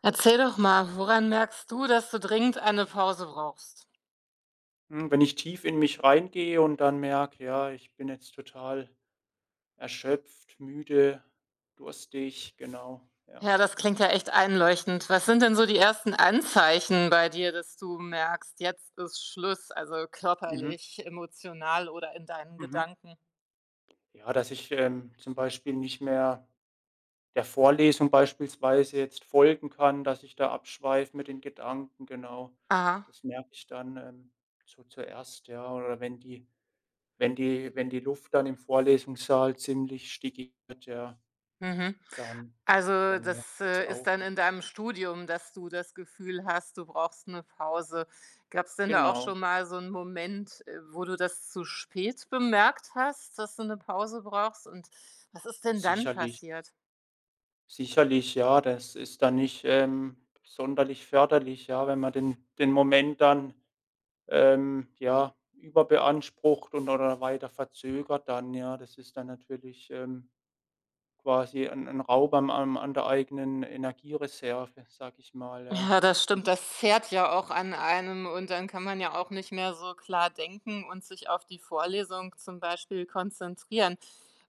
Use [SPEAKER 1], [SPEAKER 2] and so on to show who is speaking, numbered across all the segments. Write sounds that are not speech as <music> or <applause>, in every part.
[SPEAKER 1] Erzähl doch mal, woran merkst du, dass du dringend eine Pause brauchst?
[SPEAKER 2] Hm, wenn ich tief in mich reingehe und dann merke: „Ja, ich bin jetzt total erschöpft, müde, durstig“, genau, ja.
[SPEAKER 1] Ja, das klingt ja echt einleuchtend. Was sind denn so die ersten Anzeichen bei dir, dass du merkst, jetzt ist Schluss, also
[SPEAKER 2] Mhm,
[SPEAKER 1] körperlich, emotional oder in deinen
[SPEAKER 2] mhm.
[SPEAKER 1] Gedanken?
[SPEAKER 2] Ja, dass ich, zum Beispiel nicht mehr der Vorlesung beispielsweise jetzt folgen kann, dass ich da abschweife mit den Gedanken, genau.
[SPEAKER 1] Aha.
[SPEAKER 2] Das merke ich dann, so zuerst, ja, oder wenn die Luft dann im Vorlesungssaal ziemlich stickig wird, ja,
[SPEAKER 1] Mhm.
[SPEAKER 2] dann
[SPEAKER 1] Also,
[SPEAKER 2] dann merke
[SPEAKER 1] das,
[SPEAKER 2] ich das
[SPEAKER 1] ist
[SPEAKER 2] auch,
[SPEAKER 1] dann
[SPEAKER 2] ne?
[SPEAKER 1] in deinem Studium, dass du das Gefühl hast, du brauchst eine Pause. Gab es denn da auch
[SPEAKER 2] Genau,
[SPEAKER 1] schon mal so einen Moment, wo du das zu spät bemerkt hast, dass du eine Pause brauchst? Und was ist denn dann
[SPEAKER 2] sicherlich.
[SPEAKER 1] passiert?
[SPEAKER 2] Sicherlich, ja, das ist dann nicht, sonderlich förderlich, ja, wenn man den Moment dann, ja, überbeansprucht und oder weiter verzögert dann, ja. Das ist dann natürlich, quasi ein Raub am an der eigenen Energiereserve, sag ich mal, ja.
[SPEAKER 1] Ja, das
[SPEAKER 2] Und
[SPEAKER 1] stimmt, das zehrt ja auch an einem und dann kann man ja auch nicht mehr so klar denken und sich auf die Vorlesung zum Beispiel konzentrieren.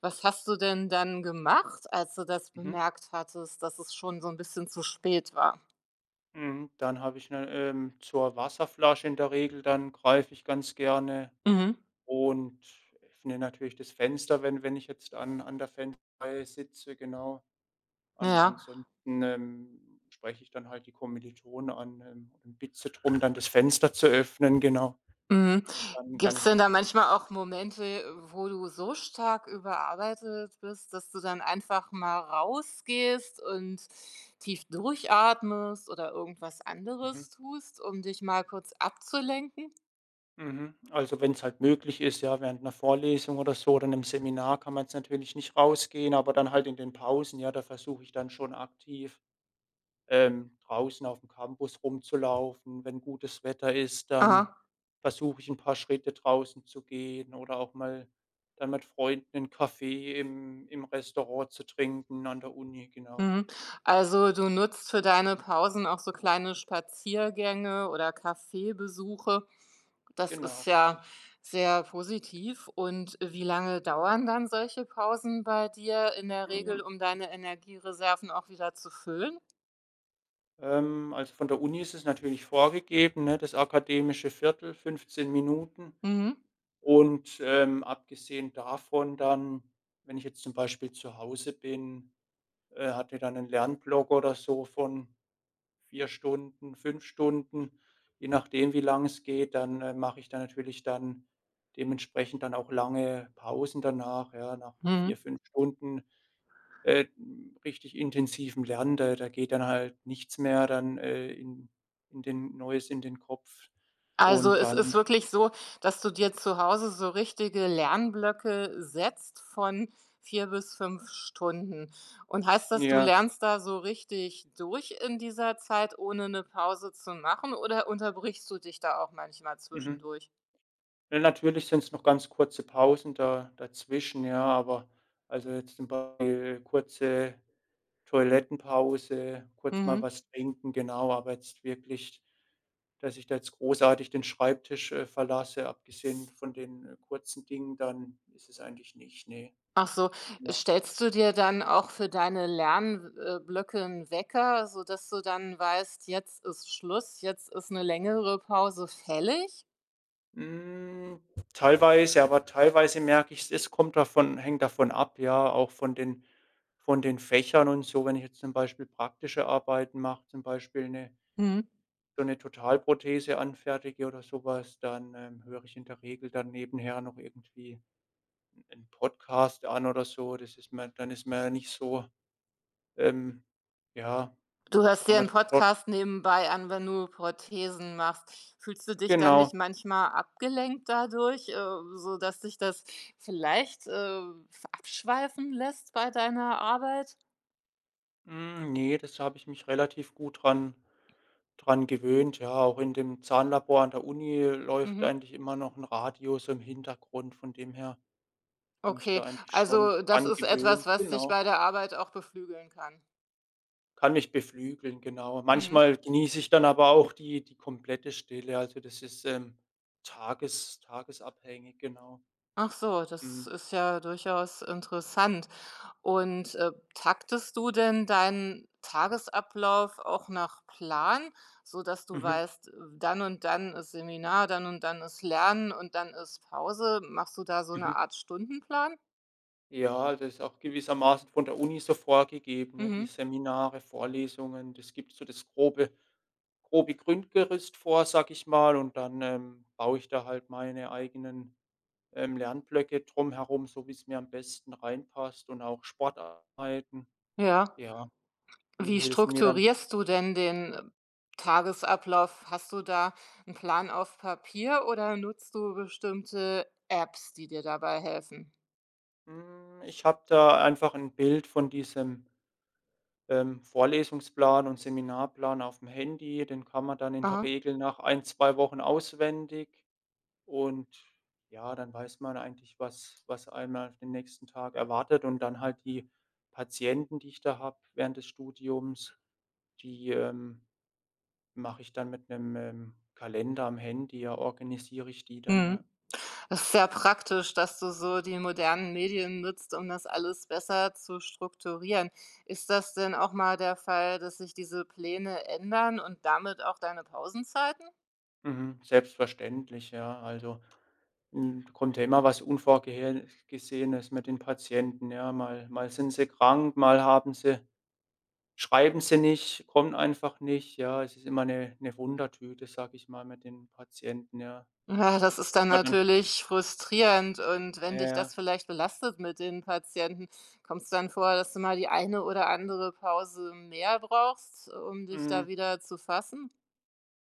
[SPEAKER 1] Was hast du denn dann gemacht, als du das
[SPEAKER 2] mhm,
[SPEAKER 1] bemerkt hattest, dass es schon so ein bisschen zu spät war?
[SPEAKER 2] mhm, dann habe ich 'ne, zur Wasserflasche in der Regel, dann greife ich ganz gerne
[SPEAKER 1] Mhm.
[SPEAKER 2] und öffne natürlich das Fenster, wenn ich jetzt an der Fensterreihe sitze, genau.
[SPEAKER 1] Ja,
[SPEAKER 2] An
[SPEAKER 1] ja.
[SPEAKER 2] ansonsten, spreche ich dann halt die Kommilitonen an, und bitte drum, dann das Fenster zu öffnen, genau.
[SPEAKER 1] Mhm.
[SPEAKER 2] Und dann
[SPEAKER 1] Gibt's
[SPEAKER 2] dann
[SPEAKER 1] denn da manchmal auch Momente, wo du so stark überarbeitet bist, dass du dann einfach mal rausgehst und tief durchatmest oder irgendwas
[SPEAKER 2] mhm,
[SPEAKER 1] anderes tust, um dich mal kurz abzulenken?
[SPEAKER 2] mhm. Also, wenn's halt möglich ist, ja, während einer Vorlesung oder so oder einem Seminar kann man jetzt natürlich nicht rausgehen, aber dann halt in den Pausen, ja, da versuche ich dann schon aktiv draußen auf dem Campus rumzulaufen. Wenn gutes Wetter ist, dann
[SPEAKER 1] Aha.
[SPEAKER 2] versuche ich ein paar Schritte draußen zu gehen oder auch mal dann mit Freunden 'nen Kaffee im Restaurant zu trinken an der Uni, genau.
[SPEAKER 1] Mhm. Also, du nutzt für deine Pausen auch so kleine Spaziergänge oder Kaffeebesuche? Das
[SPEAKER 2] Genau,
[SPEAKER 1] ist ja
[SPEAKER 2] richtig.
[SPEAKER 1] sehr positiv. Und wie lange dauern dann solche Pausen bei dir in der
[SPEAKER 2] Mhm.
[SPEAKER 1] Regel, um deine Energiereserven auch wieder zu füllen?
[SPEAKER 2] Also, von der Uni ist es natürlich vorgegeben, ne, das akademische Viertel, 15 Minuten.
[SPEAKER 1] Mhm.
[SPEAKER 2] Und, abgesehen davon dann, wenn ich jetzt zum Beispiel zu Hause bin, hatte dann einen Lernblock oder so von 4 Stunden, 5 Stunden, je nachdem, wie lang es geht. Dann, mache ich da natürlich dann dementsprechend dann auch lange Pausen danach, ja, nach
[SPEAKER 1] Mhm.
[SPEAKER 2] 4 5 Stunden, richtig intensivem Lernen. Da geht dann halt nichts mehr dann, in den Neues in den Kopf
[SPEAKER 1] Also
[SPEAKER 2] und
[SPEAKER 1] es ist
[SPEAKER 2] dann
[SPEAKER 1] wirklich so, dass du dir zu Hause so richtige Lernblöcke setzt von 4 bis 5 Stunden. Und heißt das, du
[SPEAKER 2] ja,
[SPEAKER 1] lernst da so richtig durch in dieser Zeit, ohne eine Pause zu machen, oder unterbrichst du dich da auch manchmal
[SPEAKER 2] mhm.
[SPEAKER 1] zwischendurch?
[SPEAKER 2] Ne, natürlich sind es noch ganz kurze Pausen da dazwischen, ja, aber also jetzt zum Beispiel kurze Toilettenpause, kurz mal
[SPEAKER 1] Mhm.
[SPEAKER 2] was trinken, genau, aber jetzt wirklich, dass ich da jetzt großartig den Schreibtisch, verlasse, abgesehen von den, kurzen Dingen, dann ist es eigentlich nicht, ne,
[SPEAKER 1] Ach so,
[SPEAKER 2] ja.
[SPEAKER 1] stellst du dir dann auch für deine Lernblöcke einen Blöcke 'n Wecker, sodass du dann weißt: „Jetzt ist Schluss, jetzt ist eine längere Pause fällig?“
[SPEAKER 2] Hm, teilweise, aber teilweise merke ich, es kommt davon hängt davon ab, ja, auch von den Fächern und so. Wenn ich jetzt zum Beispiel praktische Arbeiten mache, zum Beispiel eine
[SPEAKER 1] Mhm.
[SPEAKER 2] so eine Totalprothese anfertige oder sowas dann, höre ich in der Regel dann nebenher noch irgendwie einen Podcast an oder so. Das ist mir dann ist man ja nicht so, ähm ja,
[SPEAKER 1] Du hörst
[SPEAKER 2] kann
[SPEAKER 1] dir
[SPEAKER 2] man
[SPEAKER 1] einen
[SPEAKER 2] das
[SPEAKER 1] Podcast nebenbei an, wenn du Prothesen machst. Fühlst du dich dann nicht
[SPEAKER 2] genau.
[SPEAKER 1] manchmal abgelenkt dadurch, sodass dich das vielleicht, abschweifen lässt bei deiner Arbeit?
[SPEAKER 2] Hm, ne, das habe ich mich relativ gut dran gewöhnt. Ja, auch in dem Zahnlabor an der Uni läuft
[SPEAKER 1] Mhm,
[SPEAKER 2] eigentlich immer noch ein Radio so im Hintergrund. Von dem her bin ich
[SPEAKER 1] okay.
[SPEAKER 2] da eigentlich schon
[SPEAKER 1] Also, das
[SPEAKER 2] dran
[SPEAKER 1] ist etwas,
[SPEAKER 2] gewöhnt.
[SPEAKER 1] was dich
[SPEAKER 2] Genau,
[SPEAKER 1] bei der Arbeit auch beflügeln kann.
[SPEAKER 2] kann mich beflügeln, genau.
[SPEAKER 1] Mhm.
[SPEAKER 2] Manchmal genieße ich dann aber auch die komplette Stille. Also, das ist, tagesabhängig, genau.
[SPEAKER 1] Ach so, das
[SPEAKER 2] Mhm.
[SPEAKER 1] ist ja durchaus interessant. Und, taktest du denn deinen Tagesablauf auch nach Plan, so dass du
[SPEAKER 2] Mhm.
[SPEAKER 1] weißt, dann und dann ist Seminar, dann und dann ist Lernen und dann ist Pause? Machst du da so
[SPEAKER 2] Mhm.
[SPEAKER 1] eine Art Stundenplan?
[SPEAKER 2] Ja, das ist auch gewissermaßen von der Uni so vorgegeben, ne? Die
[SPEAKER 1] Mhm.
[SPEAKER 2] Seminare, Vorlesungen, das gibt so das grobe Grundgerüst vor, sag ich mal, und dann, baue ich da halt meine eigenen, Lernblöcke drumherum, so wie es mir am besten reinpasst und auch Sportarten.
[SPEAKER 1] Ja.
[SPEAKER 2] Ja, die
[SPEAKER 1] Wie
[SPEAKER 2] helfen mir dann.
[SPEAKER 1] strukturierst du denn den Tagesablauf? Hast du da einen Plan auf Papier oder nutzt du bestimmte Apps, die dir dabei helfen?
[SPEAKER 2] Hm, ich habe da einfach ein Bild von diesem, Vorlesungsplan und Seminarplan auf dem Handy, den kann man dann in der
[SPEAKER 1] Aha.
[SPEAKER 2] Regel nach ein, 2 Wochen auswendig. Und ja, dann weiß man eigentlich, was was einmal auf den nächsten Tag erwartet und dann halt die Patienten, die ich da habe während des Studiums, die, mache ich dann mit einem Kalender am Handy, ja, organisiere ich die dann,
[SPEAKER 1] Mhm.
[SPEAKER 2] ja.
[SPEAKER 1] Es ist sehr praktisch, dass du so die modernen Medien nutzt, um das alles besser zu strukturieren. Ist das denn auch mal der Fall, dass sich diese Pläne ändern und damit auch deine Pausenzeiten?
[SPEAKER 2] Mhm, selbstverständlich, ja. Also, hm, kommt ja immer was Unvorhergesehenes mit den Patienten, ja. Mal sind sie krank, mal haben sie Schreiben sie nicht, kommen einfach nicht. Ja, es ist immer 'ne Wundertüte, sage ich mal, mit den Patienten, ja.
[SPEAKER 1] Ja, das ist dann
[SPEAKER 2] Man dann
[SPEAKER 1] natürlich frustrierend und wenn dich das
[SPEAKER 2] ja,
[SPEAKER 1] vielleicht belastet mit den Patienten, kommt es dann vor, dass du mal die eine oder andere Pause mehr brauchst, um dich
[SPEAKER 2] mhm.
[SPEAKER 1] da wieder zu fassen?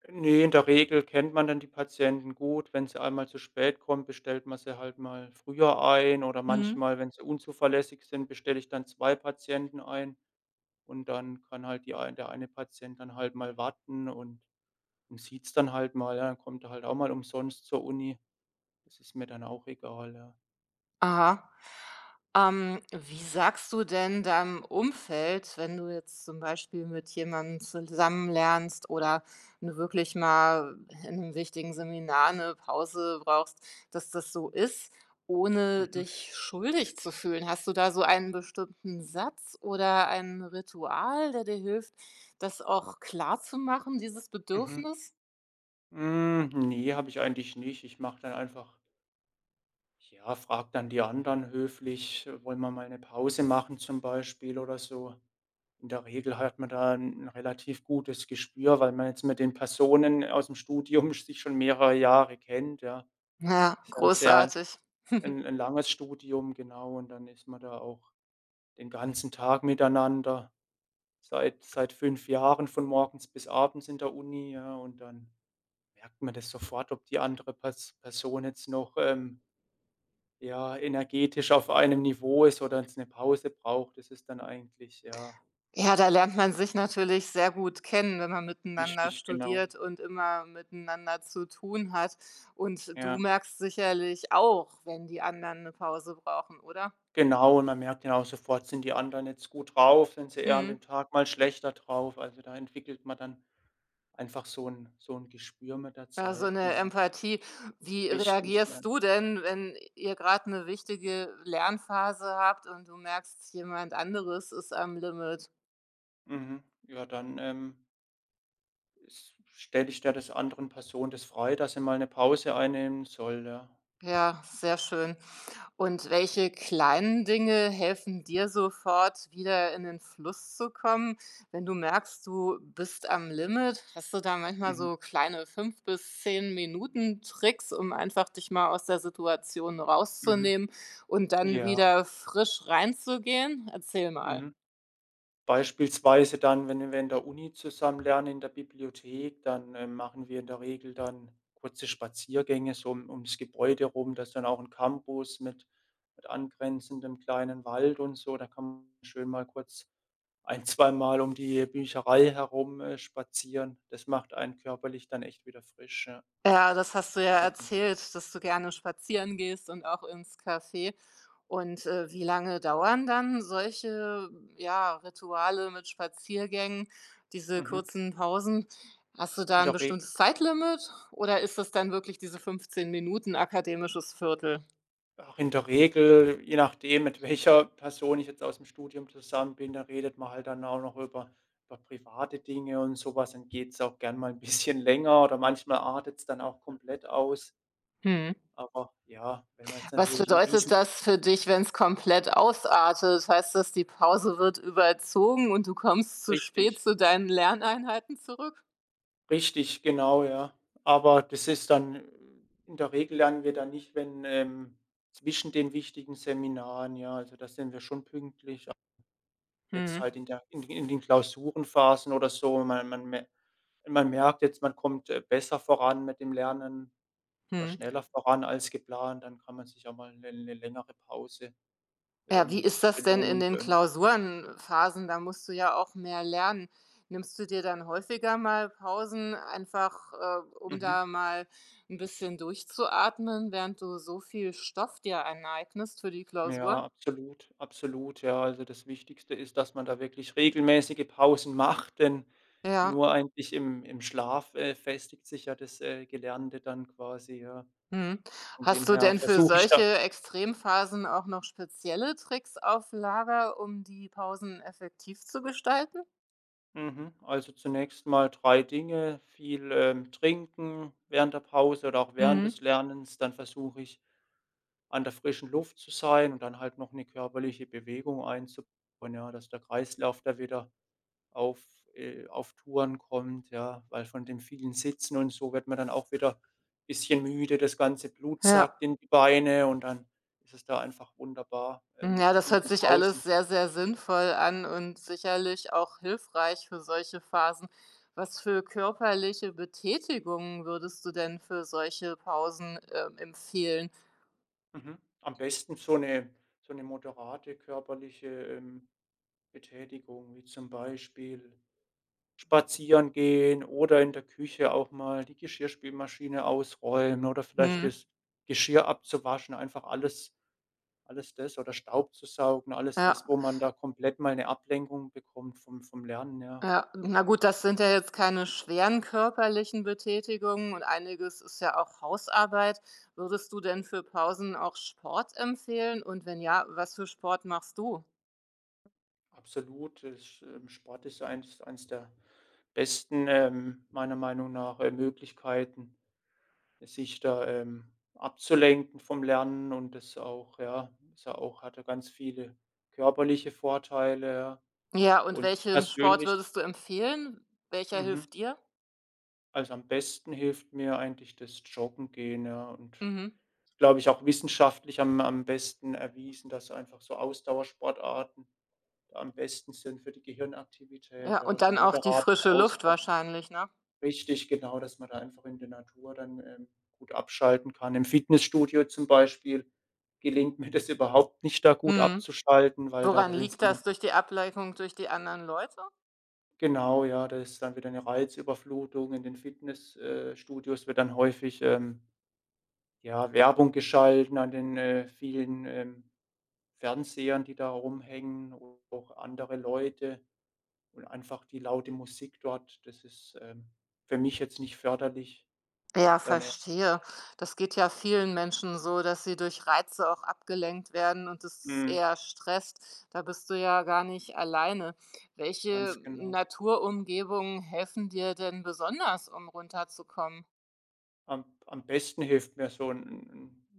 [SPEAKER 2] Ne, in der Regel kennt man dann die Patienten gut. Wenn sie einmal zu spät kommen, bestellt man sie halt mal früher ein oder
[SPEAKER 1] Mhm.
[SPEAKER 2] manchmal, wenn sie unzuverlässig sind, bestelle ich dann 2 Patienten ein und dann kann halt die ein der eine Patient dann halt mal warten und sieht's dann halt mal, ja. Dann kommt er halt auch mal umsonst zur Uni. Das ist mir dann auch egal, ja.
[SPEAKER 1] Aha. Wie sagst du denn deinem Umfeld, wenn du jetzt zum Beispiel mit jemandem zusammen lernst oder wenn du wirklich mal in einem wichtigen Seminar eine Pause brauchst, dass das so ist, ohne
[SPEAKER 2] Mhm,
[SPEAKER 1] dich schuldig zu fühlen? Hast du da so einen bestimmten Satz oder ein Ritual, der dir hilft, das auch klar zu machen, dieses
[SPEAKER 2] mhm.
[SPEAKER 1] Bedürfnis?
[SPEAKER 2] Hm, ne, habe ich eigentlich nicht. Ich mache dann einfach ja, frage dann die anderen höflich: „Wollen wir mal eine Pause machen?“ zum Beispiel oder so. In der Regel hat man da ein relativ gutes Gespür, weil man jetzt mit den Personen aus dem Studium <laughs> sich schon mehrere Jahre kennt, ja.
[SPEAKER 1] Ja,
[SPEAKER 2] Ist ja ein sehr
[SPEAKER 1] großartig. <laughs>
[SPEAKER 2] 'n langes Studium, genau, und dann ist man da auch den ganzen Tag miteinander, seit 5 Jahren von morgens bis abends in der Uni, ja, und dann merkt man das sofort, ob die andere Pers Person jetzt noch, ja, energetisch auf einem Niveau ist oder jetzt eine Pause braucht. Das ist dann eigentlich, ja,
[SPEAKER 1] Ja, da lernt man sich natürlich sehr gut kennen, wenn man miteinander
[SPEAKER 2] wichtig, genau.
[SPEAKER 1] studiert und immer miteinander zu tun hat. Und du
[SPEAKER 2] Ja,
[SPEAKER 1] merkst sicherlich auch, wenn die anderen eine Pause brauchen, oder?
[SPEAKER 2] genau. Und man merkt dann auch sofort, sind die anderen jetzt gut drauf, sind sie eher an dem
[SPEAKER 1] Mhm.
[SPEAKER 2] Tag mal schlechter drauf. Also, da entwickelt man dann einfach so ein Gespür mit der
[SPEAKER 1] Ja, so
[SPEAKER 2] Zeit,
[SPEAKER 1] 'ne
[SPEAKER 2] genau.
[SPEAKER 1] Empathie. Wie
[SPEAKER 2] Richtig, ja.
[SPEAKER 1] reagierst du denn, wenn ihr gerade eine wichtige Lernphase habt und du merkst, jemand anderes ist am Limit?
[SPEAKER 2] Mhm. Ja, dann, stelle ich der des anderen Person das frei, dass sie mal eine Pause einnehmen soll, ja.
[SPEAKER 1] Ja, sehr schön. Und welche kleinen Dinge helfen dir sofort, wieder in den Fluss zu kommen? Wenn du merkst, du bist am Limit, hast du da manchmal
[SPEAKER 2] Mhm.
[SPEAKER 1] so kleine 5 bis 10 Minuten Tricks, um einfach dich mal aus der Situation
[SPEAKER 2] Mhm.
[SPEAKER 1] rauszunehmen und dann
[SPEAKER 2] Ja,
[SPEAKER 1] wieder frisch reinzugehen? Erzähl mal.
[SPEAKER 2] mhm. Beispielsweise dann, wenn wir in der Uni zusammen lernen, in der Bibliothek, dann, machen wir in der Regel dann kurze Spaziergänge so um ums Gebäude rum. Das ist dann auch ein Campus mit angrenzendem kleinen Wald und so. Da kann man schön mal kurz ein <laughs> zweimal um die Bücherei herum, spazieren. Das macht einen körperlich dann echt wieder frisch, ja.
[SPEAKER 1] Ja, das hast du ja
[SPEAKER 2] Also
[SPEAKER 1] erzählt, dass du gerne spazieren gehst und auch ins Café. Und, wie lange dauern dann solche, ja, Rituale mit Spaziergängen, diese
[SPEAKER 2] mhm,
[SPEAKER 1] kurzen Pausen? Hast du da
[SPEAKER 2] in
[SPEAKER 1] ein
[SPEAKER 2] der Regel
[SPEAKER 1] bestimmtes Zeitlimit oder ist es dann wirklich diese 15 Minuten akademisches Viertel?
[SPEAKER 2] auch in der Regel, je nachdem, mit welcher Person ich jetzt aus dem Studium zusammen bin, da redet man halt dann auch noch über private Dinge und sowas was, dann geht's auch gern mal ein bisschen länger oder manchmal artet's dann auch komplett aus.
[SPEAKER 1] Mhm.
[SPEAKER 2] Aber ja, wenn man jetzt
[SPEAKER 1] Was
[SPEAKER 2] natürlich ein
[SPEAKER 1] bedeutet
[SPEAKER 2] riesen
[SPEAKER 1] das für dich, wenn es komplett ausartet? Heißt das, die Pause wird überzogen und du kommst zu spät
[SPEAKER 2] richtig,
[SPEAKER 1] zu deinen Lerneinheiten zurück?
[SPEAKER 2] richtig, genau, ja. Aber das ist dann in der Regel lernen wir dann nicht, wenn, zwischen den wichtigen Seminaren, ja, also da sind wir schon pünktlich. Jetzt
[SPEAKER 1] Mhm,
[SPEAKER 2] halt in den Klausurenphasen oder so, man man mer wenn man merkt jetzt, man kommt, besser voran mit dem Lernen oder
[SPEAKER 1] mhm.
[SPEAKER 2] schneller voran als geplant, dann kann man sich auch mal 'ne längere Pause,
[SPEAKER 1] Ja, wie ist
[SPEAKER 2] zur
[SPEAKER 1] das denn in
[SPEAKER 2] Belohnung
[SPEAKER 1] den
[SPEAKER 2] gönnen.
[SPEAKER 1] Klausurenphasen? Da musst du ja auch mehr lernen. Nimmst du dir dann häufiger mal Pausen, einfach, um
[SPEAKER 2] Mhm.
[SPEAKER 1] da mal ein bisschen durchzuatmen, während du so viel Stoff dir aneignest für die Klausur?
[SPEAKER 2] Ja, absolut, absolut. Ja, also, das Wichtigste ist, dass man da wirklich regelmäßige Pausen macht, denn
[SPEAKER 1] Ja,
[SPEAKER 2] nur eigentlich im Schlaf, festigt sich ja das, Gelernte dann quasi, ja.
[SPEAKER 1] mhm.
[SPEAKER 2] Von dem
[SPEAKER 1] Hast du
[SPEAKER 2] her
[SPEAKER 1] denn für
[SPEAKER 2] versuche ich da
[SPEAKER 1] solche Extremphasen auch noch spezielle Tricks auf Lager, um die Pausen effektiv zu gestalten?
[SPEAKER 2] Mhm. Also zunächst mal 3 Dinge, viel, trinken während der Pause oder auch während des
[SPEAKER 1] Mhm.
[SPEAKER 2] Lernens. Dann versuche ich, an der frischen Luft zu sein und dann halt noch eine körperliche Bewegung einzubauen, ja, dass der Kreislauf da wieder auf auf Touren kommt, ja, weil von dem vielen Sitzen und so wird man dann auch wieder ein bisschen müde. Das ganze Blut sackt
[SPEAKER 1] Ja.
[SPEAKER 2] in die Beine und dann ist es da einfach wunderbar,
[SPEAKER 1] Hm, ja, das
[SPEAKER 2] in
[SPEAKER 1] hört
[SPEAKER 2] den
[SPEAKER 1] sich
[SPEAKER 2] Pausen
[SPEAKER 1] alles sehr, sehr sinnvoll an und sicherlich auch hilfreich für solche Phasen. Was für körperliche Betätigungen würdest du denn für solche Pausen, empfehlen?
[SPEAKER 2] Mhm. Am besten so eine moderate körperliche, Betätigung, wie zum Beispiel spazieren gehen oder in der Küche auch mal die Geschirrspülmaschine ausräumen oder vielleicht
[SPEAKER 1] Mhm.
[SPEAKER 2] das Geschirr abzuwaschen, einfach alles das oder Staub zu saugen, alles
[SPEAKER 1] Ja,
[SPEAKER 2] das, wo man da komplett mal eine Ablenkung bekommt vom Lernen, ja.
[SPEAKER 1] ja.
[SPEAKER 2] Also,
[SPEAKER 1] Na gut, das sind ja jetzt keine schweren körperlichen Betätigungen und einiges ist ja auch Hausarbeit. Würdest du denn für Pausen auch Sport empfehlen? Und wenn ja, was für Sport machst du?
[SPEAKER 2] absolut, das, Sport ist eins der besten, meiner Meinung nach, Möglichkeiten. Sich da, abzulenken vom Lernen und das auch ja, ist ja auch hatte ganz viele körperliche Vorteile, ja.
[SPEAKER 1] Ja, und
[SPEAKER 2] Und
[SPEAKER 1] welchen Sport
[SPEAKER 2] persönlich
[SPEAKER 1] würdest du empfehlen? Welcher
[SPEAKER 2] mhm,
[SPEAKER 1] hilft dir?
[SPEAKER 2] also, am besten hilft mir eigentlich das Joggen gehen, ja, und
[SPEAKER 1] Mhm.
[SPEAKER 2] glaube ich, auch wissenschaftlich am besten erwiesen, dass einfach so Ausdauersportarten da am besten sind für die Gehirnaktivität,
[SPEAKER 1] Ja,
[SPEAKER 2] ja,
[SPEAKER 1] und
[SPEAKER 2] so
[SPEAKER 1] dann auch die
[SPEAKER 2] moderates
[SPEAKER 1] frische
[SPEAKER 2] Aus
[SPEAKER 1] Luft wahrscheinlich, ne?
[SPEAKER 2] Richtig, genau, dass man da einfach in der Natur dann, gut abschalten kann. Im Fitnessstudio zum Beispiel gelingt mir das überhaupt nicht, da gut
[SPEAKER 1] Mhm.
[SPEAKER 2] abzuschalten, weil da
[SPEAKER 1] Woran
[SPEAKER 2] sind
[SPEAKER 1] liegt das? Durch die Ablenkung durch die anderen Leute?
[SPEAKER 2] genau, ja, da ist dann wieder eine Reizüberflutung. In den Fitnessstudios Studios wird dann häufig, ja, Werbung geschalten an den, vielen, Fernsehern, die da rumhängen, auch andere Leute und einfach die laute Musik dort. Das ist, für mich jetzt nicht förderlich.
[SPEAKER 1] Ja,
[SPEAKER 2] Da 'ne
[SPEAKER 1] verstehe. Das geht ja vielen Menschen so, dass sie durch Reize auch abgelenkt werden und dass das
[SPEAKER 2] mhm,
[SPEAKER 1] eher stresst. Da bist du ja gar nicht alleine. Welche
[SPEAKER 2] ganz genau.
[SPEAKER 1] Naturumgebungen helfen dir denn besonders, um runterzukommen?
[SPEAKER 2] Am besten hilft mir so ein 'n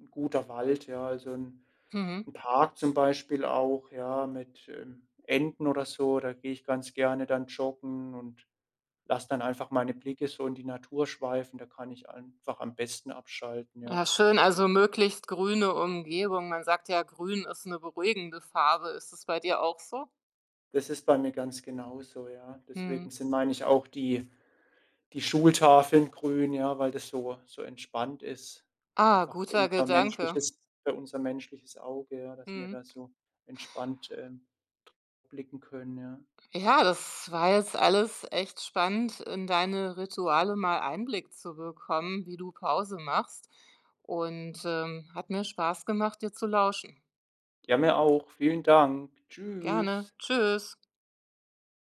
[SPEAKER 2] guter Wald, ja, also ein
[SPEAKER 1] Mhm.
[SPEAKER 2] 'n Park zum Beispiel auch, ja, mit, Enten oder so. Da gehe ich ganz gerne dann joggen und lasse dann einfach meine Blicke so in die Natur schweifen. Da kann ich einfach am besten abschalten, ja.
[SPEAKER 1] Ja, schön. Also möglichst grüne Umgebung. Man sagt ja, grün ist eine beruhigende Farbe. Ist es bei dir auch so?
[SPEAKER 2] Das ist bei mir ganz genauso, ja.
[SPEAKER 1] Mhm.
[SPEAKER 2] Deswegen sind, meine ich, auch die Schultafeln grün, ja, weil das so so entspannt ist,
[SPEAKER 1] Ah,
[SPEAKER 2] einfach für
[SPEAKER 1] guter
[SPEAKER 2] unser
[SPEAKER 1] Gedanke.
[SPEAKER 2] menschliches Auge, ja, dass wir
[SPEAKER 1] Mhm.
[SPEAKER 2] da so entspannt, blicken können, ja.
[SPEAKER 1] Ja, das war jetzt alles echt spannend, in deine Rituale mal Einblick zu bekommen, wie du Pause machst. Und hat mir Spaß gemacht, dir zu lauschen.
[SPEAKER 2] Ja, mir auch. Vielen Dank.
[SPEAKER 1] Gerne.
[SPEAKER 2] Tschüss.
[SPEAKER 1] Tschüss.